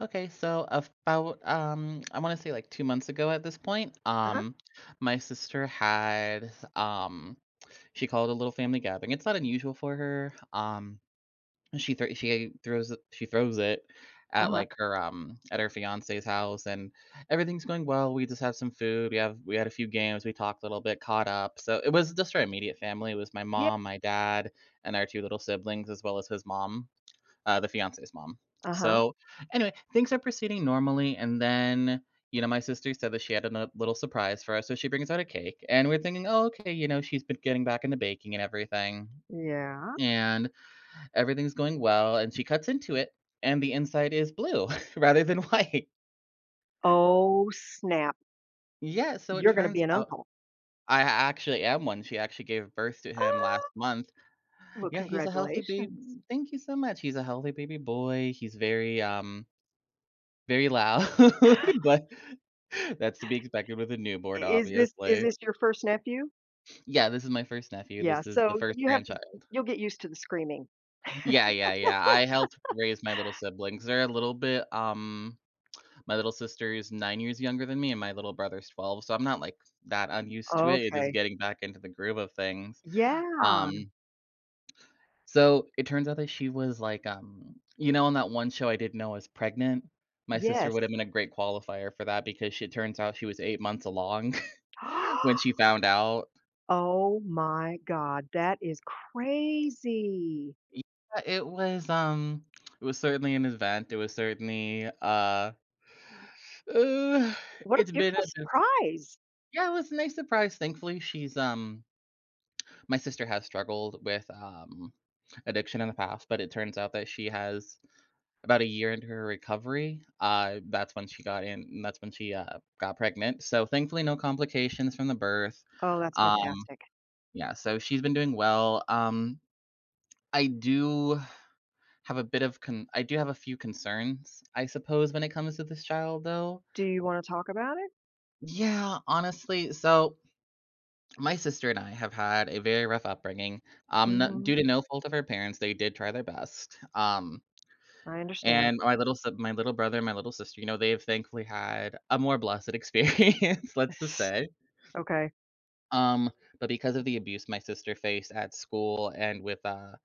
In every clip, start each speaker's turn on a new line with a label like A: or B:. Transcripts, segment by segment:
A: Okay, so about, I want to say, like, 2 months ago at this point,
B: Uh-huh,
A: my sister had she called a little family gathering. It's not unusual for her. She throws it
B: uh-huh,
A: at her fiance's house, and everything's going well. We just have some food. We had a few games. We talked a little bit, caught up. So it was just our immediate family. It was my
B: yeah.
A: mom, my dad, and our two little siblings, as well as his mom, the fiance's mom.
B: Uh-huh.
A: So, anyway, things are proceeding normally, and then, my sister said that she had a little surprise for us, so she brings out a cake, and we're thinking, oh, okay, she's been getting back into baking and everything,
B: Yeah.
A: and everything's going well, and she cuts into it, and the inside is blue rather than white.
B: Oh, snap.
A: Yeah, so it
B: You're gonna be
A: turns
B: an
A: out
B: uncle.
A: I actually am one. She actually gave birth to him last
B: Oh,
A: month.
B: well,
A: Yeah, he's a healthy baby.
B: congratulations.
A: Thank you so much. He's a healthy baby boy. He's very, very loud, but that's to be expected with a
B: I
A: newborn,
B: is
A: obviously.
B: this your first nephew?
A: Yeah, this is my first nephew.
B: Yeah,
A: This is
B: so
A: the first
B: you have to
A: grandchild.
B: you'll get used to the screaming.
A: Yeah, yeah, yeah, I helped raise my little siblings. They're a little bit, my little sister is 9 years younger than me, and my little brother's 12, so I'm not, like, that unused to it. It's just
B: Okay.
A: getting back into the groove of things.
B: Yeah.
A: Um, so it turns out that she was, like, you know, on that one show, "I Didn't Know I Was Pregnant"? My sister
B: Yes.
A: would have been a great qualifier for that because she it turns out she was 8 months along when she found out.
B: Oh my god, that is crazy.
A: Yeah, it was certainly an event. It was certainly uh
B: What a
A: it's been
B: beautiful
A: a bit
B: surprise.
A: Yeah, it was a nice surprise. Thankfully, she's my sister has struggled with addiction in the past, but it turns out that she has about a year into her recovery. That's when she got pregnant. So thankfully, no complications from the birth.
B: Oh, that's
A: Um
B: fantastic.
A: yeah, so she's been doing well. I do I do have a few concerns, I suppose, when it comes to this child, though.
B: Do you wanna talk about it?
A: Yeah, honestly, so my sister and I have had a very rough upbringing. N Due
B: Mhm,
A: to no fault of her parents, they did try their best.
B: I understand.
A: And my little brother and my little sister, you know, they have thankfully had a more blessed experience, let's just say.
B: Okay.
A: Um, but because of the abuse my sister faced at school and with,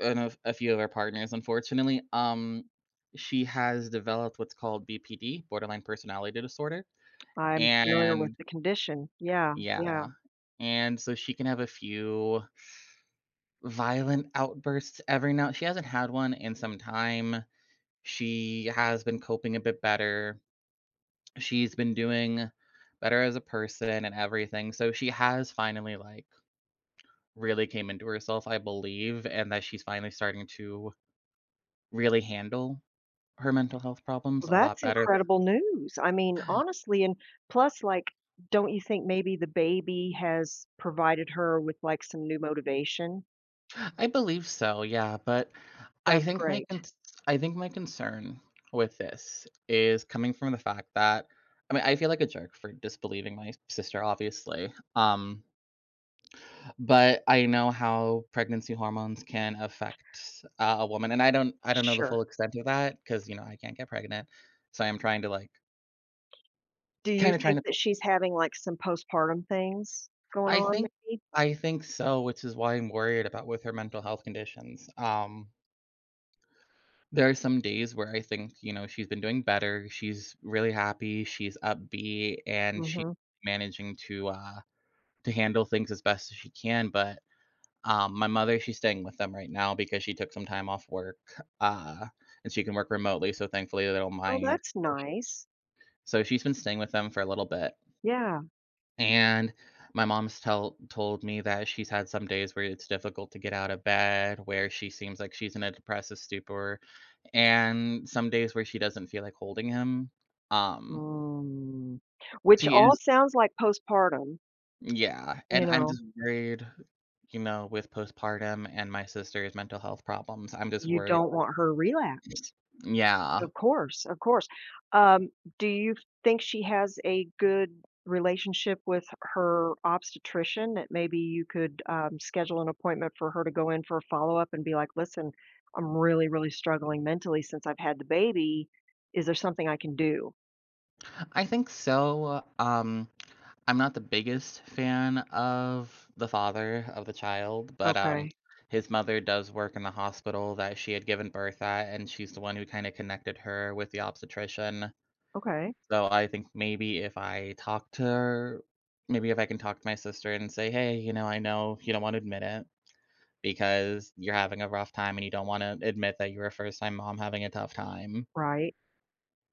A: and a, few of our partners, unfortunately. She has developed what's called BPD, borderline personality disorder,
B: I'm familiar with
A: and
B: the condition. Yeah,
A: yeah,
B: yeah.
A: and so she can have a few violent outbursts every now. She hasn't had one in some time. She has been coping a bit better. She's been doing better as a person and everything. So she has finally, like, really came into herself, I believe, and that she's finally starting to really handle her mental health problems
B: Well,
A: a lot
B: that's
A: better.
B: incredible news. I mean, honestly, and plus, like, don't you think maybe the baby has provided her with like some new motivation?
A: I believe so, yeah, but I
B: That's
A: think my
B: great.
A: con I think my concern with this is coming from the fact that, I mean, I feel like a jerk for disbelieving my sister, obviously, but I know how pregnancy hormones can affect, a woman, and I don't know the
B: Sure.
A: full extent of that because, you know, I can't get pregnant, so I'm trying to, like
B: Do you
A: kinda trying
B: think
A: to
B: that she's having like some postpartum things going
A: I
B: on
A: think
B: maybe?
A: I think so, which is why I'm worried about with her mental health conditions. There are some days where I think, you know, she's been doing better, she's really happy, she's upbeat, and she's
B: Hmm.
A: managing to handle things as best as she can, but, my mother, she's staying with them right now because she took some time off work, uh, and she can work remotely, so thankfully they don't
B: Oh,
A: mind.
B: that's nice.
A: So she's been staying with them for a little bit,
B: Yeah.
A: and my mom's tell told me that she's had some days where it's difficult to get out of bed, where she seems like she's in a depressive stupor, and some days where she doesn't feel like holding him. Um,
B: Mm. Which
A: she
B: all
A: is
B: sounds like postpartum,
A: yeah,
B: you
A: and I'm
B: know,
A: just worried, you know, with postpartum and my sister's mental health problems, I'm just
B: you
A: worried.
B: don't want her relapse.
A: Yeah.
B: Of course, of course. Um, do you think she has a good relationship with her obstetrician? That maybe you could, schedule an appointment for her to go in for a follow-up and be like, "Listen, I'm really, really struggling mentally since I've had the baby. Is there something I can do?"
A: I think so, I'm not the biggest fan of the father of the child,
B: Right.
A: but,
B: Okay,
A: his mother does work in the hospital that she had given birth at, and she's the one who kinda connected her with the obstetrician.
B: okay,
A: So I think maybe if I can talk to my sister and say, "Hey, you know, I know you don't wanna admit it because you're having a rough time, and you don't wanna admit that you're a first-time mom having a tough time."
B: right.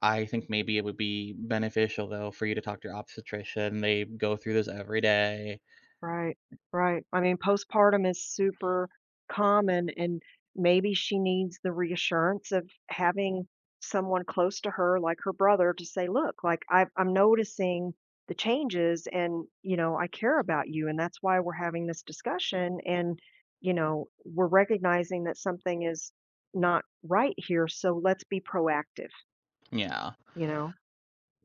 A: I think maybe it would be beneficial, though, for you to talk to your obstetrician. They go through this every day.
B: Right, right. I mean, postpartum is super common, and maybe she needs the reassurance of having someone close to her, like her brother, to say, "Look, like I've, I'm noticing the changes, and you know, I care about you, and that's why we're having this discussion, and you know, we're recognizing that something is not right here, so let's be proactive."
A: Yeah.
B: You know.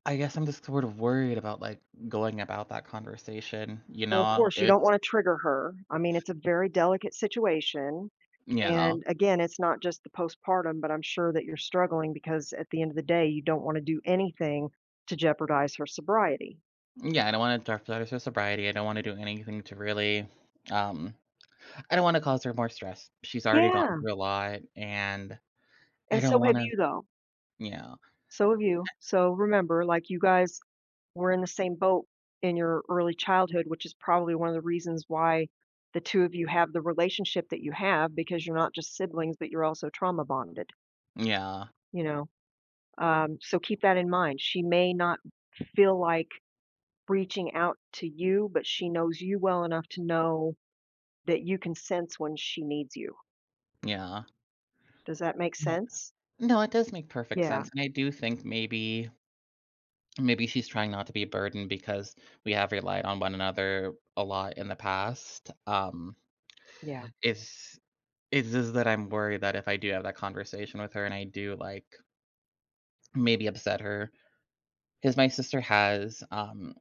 A: I guess I'm just sort of worried about, like, going about that conversation, you
B: Well, of
A: know?
B: course, you don't
A: It's
B: want to trigger her. I mean, it's a very delicate situation.
A: yeah.
B: And again, it's not just the postpartum, but I'm sure that you're struggling because at the end of the day, you don't want to do anything to jeopardize her sobriety.
A: Yeah, I don't wanna jeopardize her sobriety. I don't wanna do anything to really, um I don't wanna cause her more stress. She's already gone
B: Yeah,
A: through a lot, and
B: and
A: I don't
B: so have
A: wanna.
B: you though.
A: Yeah.
B: So have you. So remember, like you guys were in the same boat in your early childhood, which is probably one of the reasons why the two of you have the relationship that you have because you're not just siblings, but you're also trauma bonded,
A: Yeah.
B: you know. So keep that in mind. She may not feel like reaching out to you, but she knows you well enough to know that you can sense when she needs you.
A: Yeah.
B: Does that make
A: Yeah.
B: sense?
A: No, it does make perfect
B: Yeah,
A: sense, and I do think maybe she's trying not to be a burden because we have relied on one another a lot in the past.
B: yeah.
A: It's it's just that I'm worried that if I do have that conversation with her and I do, like, maybe upset her, because my sister has, um,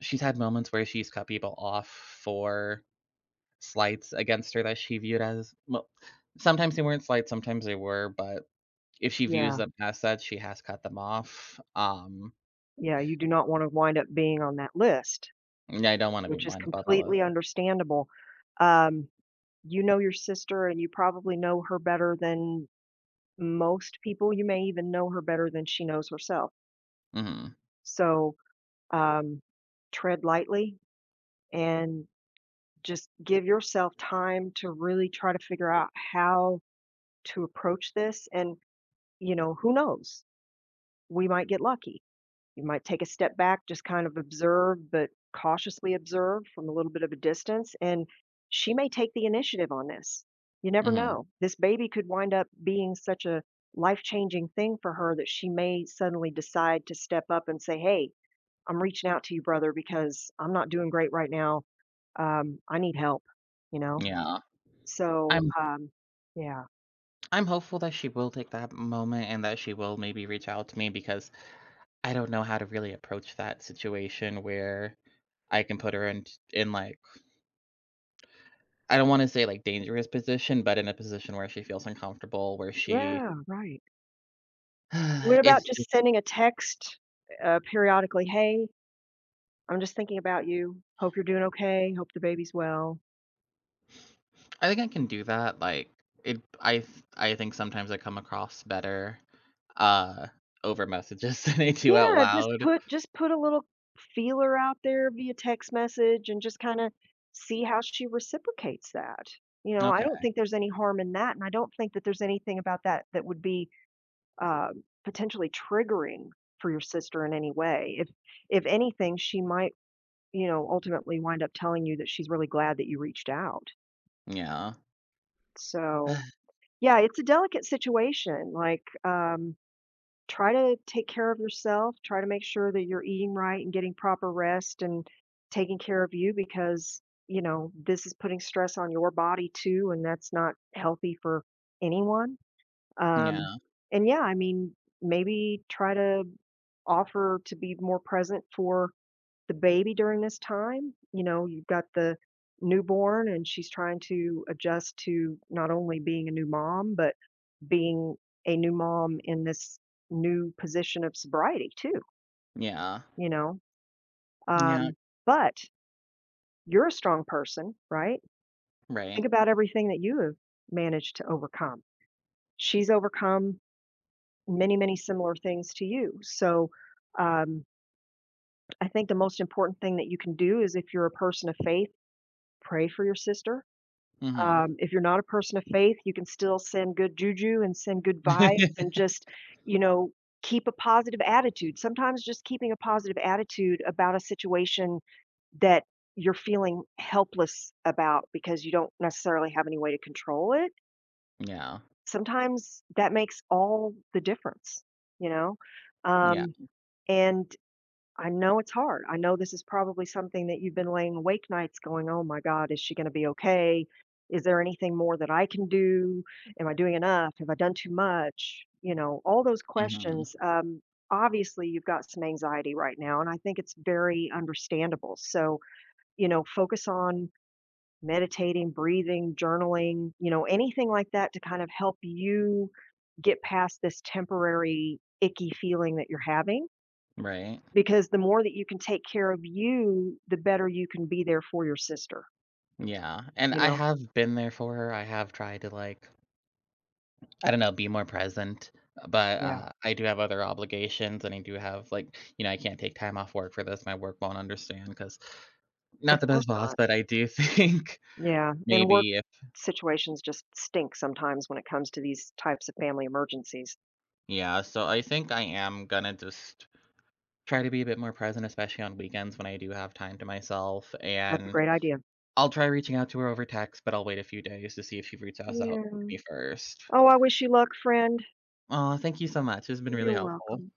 A: she's had moments where she's cut people off for slights against her that she viewed as, well, sometimes they weren't slights, sometimes they were, but if she views
B: Yeah,
A: them as such, she has cut them off.
B: yeah, you do not wanna wind up being on that list,
A: Yeah, I don't wanna be
B: which is
A: mindful of
B: completely
A: that.
B: understandable. Um, you know your sister, and you probably know her better than most people, you may even know her better than she knows herself.
A: Mhm,
B: So, um, tread lightly and just give yourself time to really try to figure out how to approach this and, you know, who knows? We might get lucky. You might take a step back, just kind of observe, but cautiously observe from a little bit of a distance. And she may take the initiative on this. You never
A: mhm,
B: know. This baby could wind up being such a life changing thing for her that she may suddenly decide to step up and say, "Hey, I'm reaching out to you, brother, because I'm not doing great right now. I need help, you know?"
A: yeah.
B: So,
A: I'm
B: yeah,
A: I'm hopeful that she will take that moment and that she will maybe reach out to me because I don't know how to really approach that situation where I can put her in, like, I don't wanna say, like, dangerous position, but in a position where she feels uncomfortable, where she
B: yeah, right. What about
A: it's
B: just sending a text, periodically, "Hey, I'm just thinking about you. Hope you're doing okay. Hope the baby's well."
A: I think I can do that, like, it I th I think sometimes I come across better, uh, over messages than I do out
B: Yeah, just
A: loud.
B: put just put a little feeler out there via text message and just kinda see how she reciprocates that. You know, I
A: Okay,
B: don't think there's any harm in that, and I don't think that there's anything about that that would be, potentially triggering for your sister in any way. If anything, she might, you know, ultimately wind up telling you that she's really glad that you reached out.
A: yeah.
B: So yeah, it's a delicate situation, like, try to take care of yourself, try to make sure that you're eating right and getting proper rest and taking care of you because, you know, this is putting stress on your body too, and that's not healthy for anyone, um,
A: Yeah,
B: and yeah, I mean, maybe try to offer to be more present for the baby during this time. You know, you've got the newborn, and she's trying to adjust to not only being a new mom, but being a new mom in this new position of sobriety too,
A: yeah,
B: you know?
A: yeah,
B: Um, but you're a strong person, right?
A: right,
B: Think about everything that you have managed to overcome. She's overcome many, many similar things to you. So um, I think the most important thing that you can do is if you're a person of faith, pray for your sister.
A: mhm.
B: If you're not a person of faith, you can still send good juju and send good vibes and just, you know, keep a positive attitude. Sometimes just keeping a positive attitude about a situation that you're feeling helpless about because you don't necessarily have any way to control it,
A: Yeah,
B: sometimes that makes all the difference, you know?
A: yeah,
B: Um, and I know it's hard. I know this is probably something that you've been laying awake nights going, "Oh my god, is she gonna be okay? Is there anything more that I can do? Am I doing enough? Have I done too much?" You know, all those
A: mhm,
B: questions. Obviously, you've got some anxiety right now, and I think it's very understandable. So, you know, focus on meditating, breathing, journaling, you know, anything like that to kind of help you get past this temporary icky feeling that you're having
A: right,
B: because the more that you can take care of you, the better you can be there for your sister,
A: yeah, and
B: you
A: I
B: know?
A: have been there for her. I have tried to, like, I don't know, be more present, but,
B: Yeah,
A: I do have other obligations, and I do have, like, you know, I can't take time off work for this. My work won't understand because.
B: of
A: Not the
B: course
A: best boss,
B: not.
A: but I do think
B: Yeah, and work
A: maybe if.
B: situations just stink sometimes when it comes to these types of family emergencies.
A: Yeah, so I think I am gonna just try to be a bit more present, especially on weekends when I do have time to myself,
B: That's a
A: and
B: great idea.
A: I'll try reaching out to her over text, but I'll wait a few days to see if she reaches out
B: Yeah.
A: to me first.
B: Oh, I wish you luck, friend.
A: Oh, thank you so much. It's been really
B: You're
A: helpful.
B: welcome.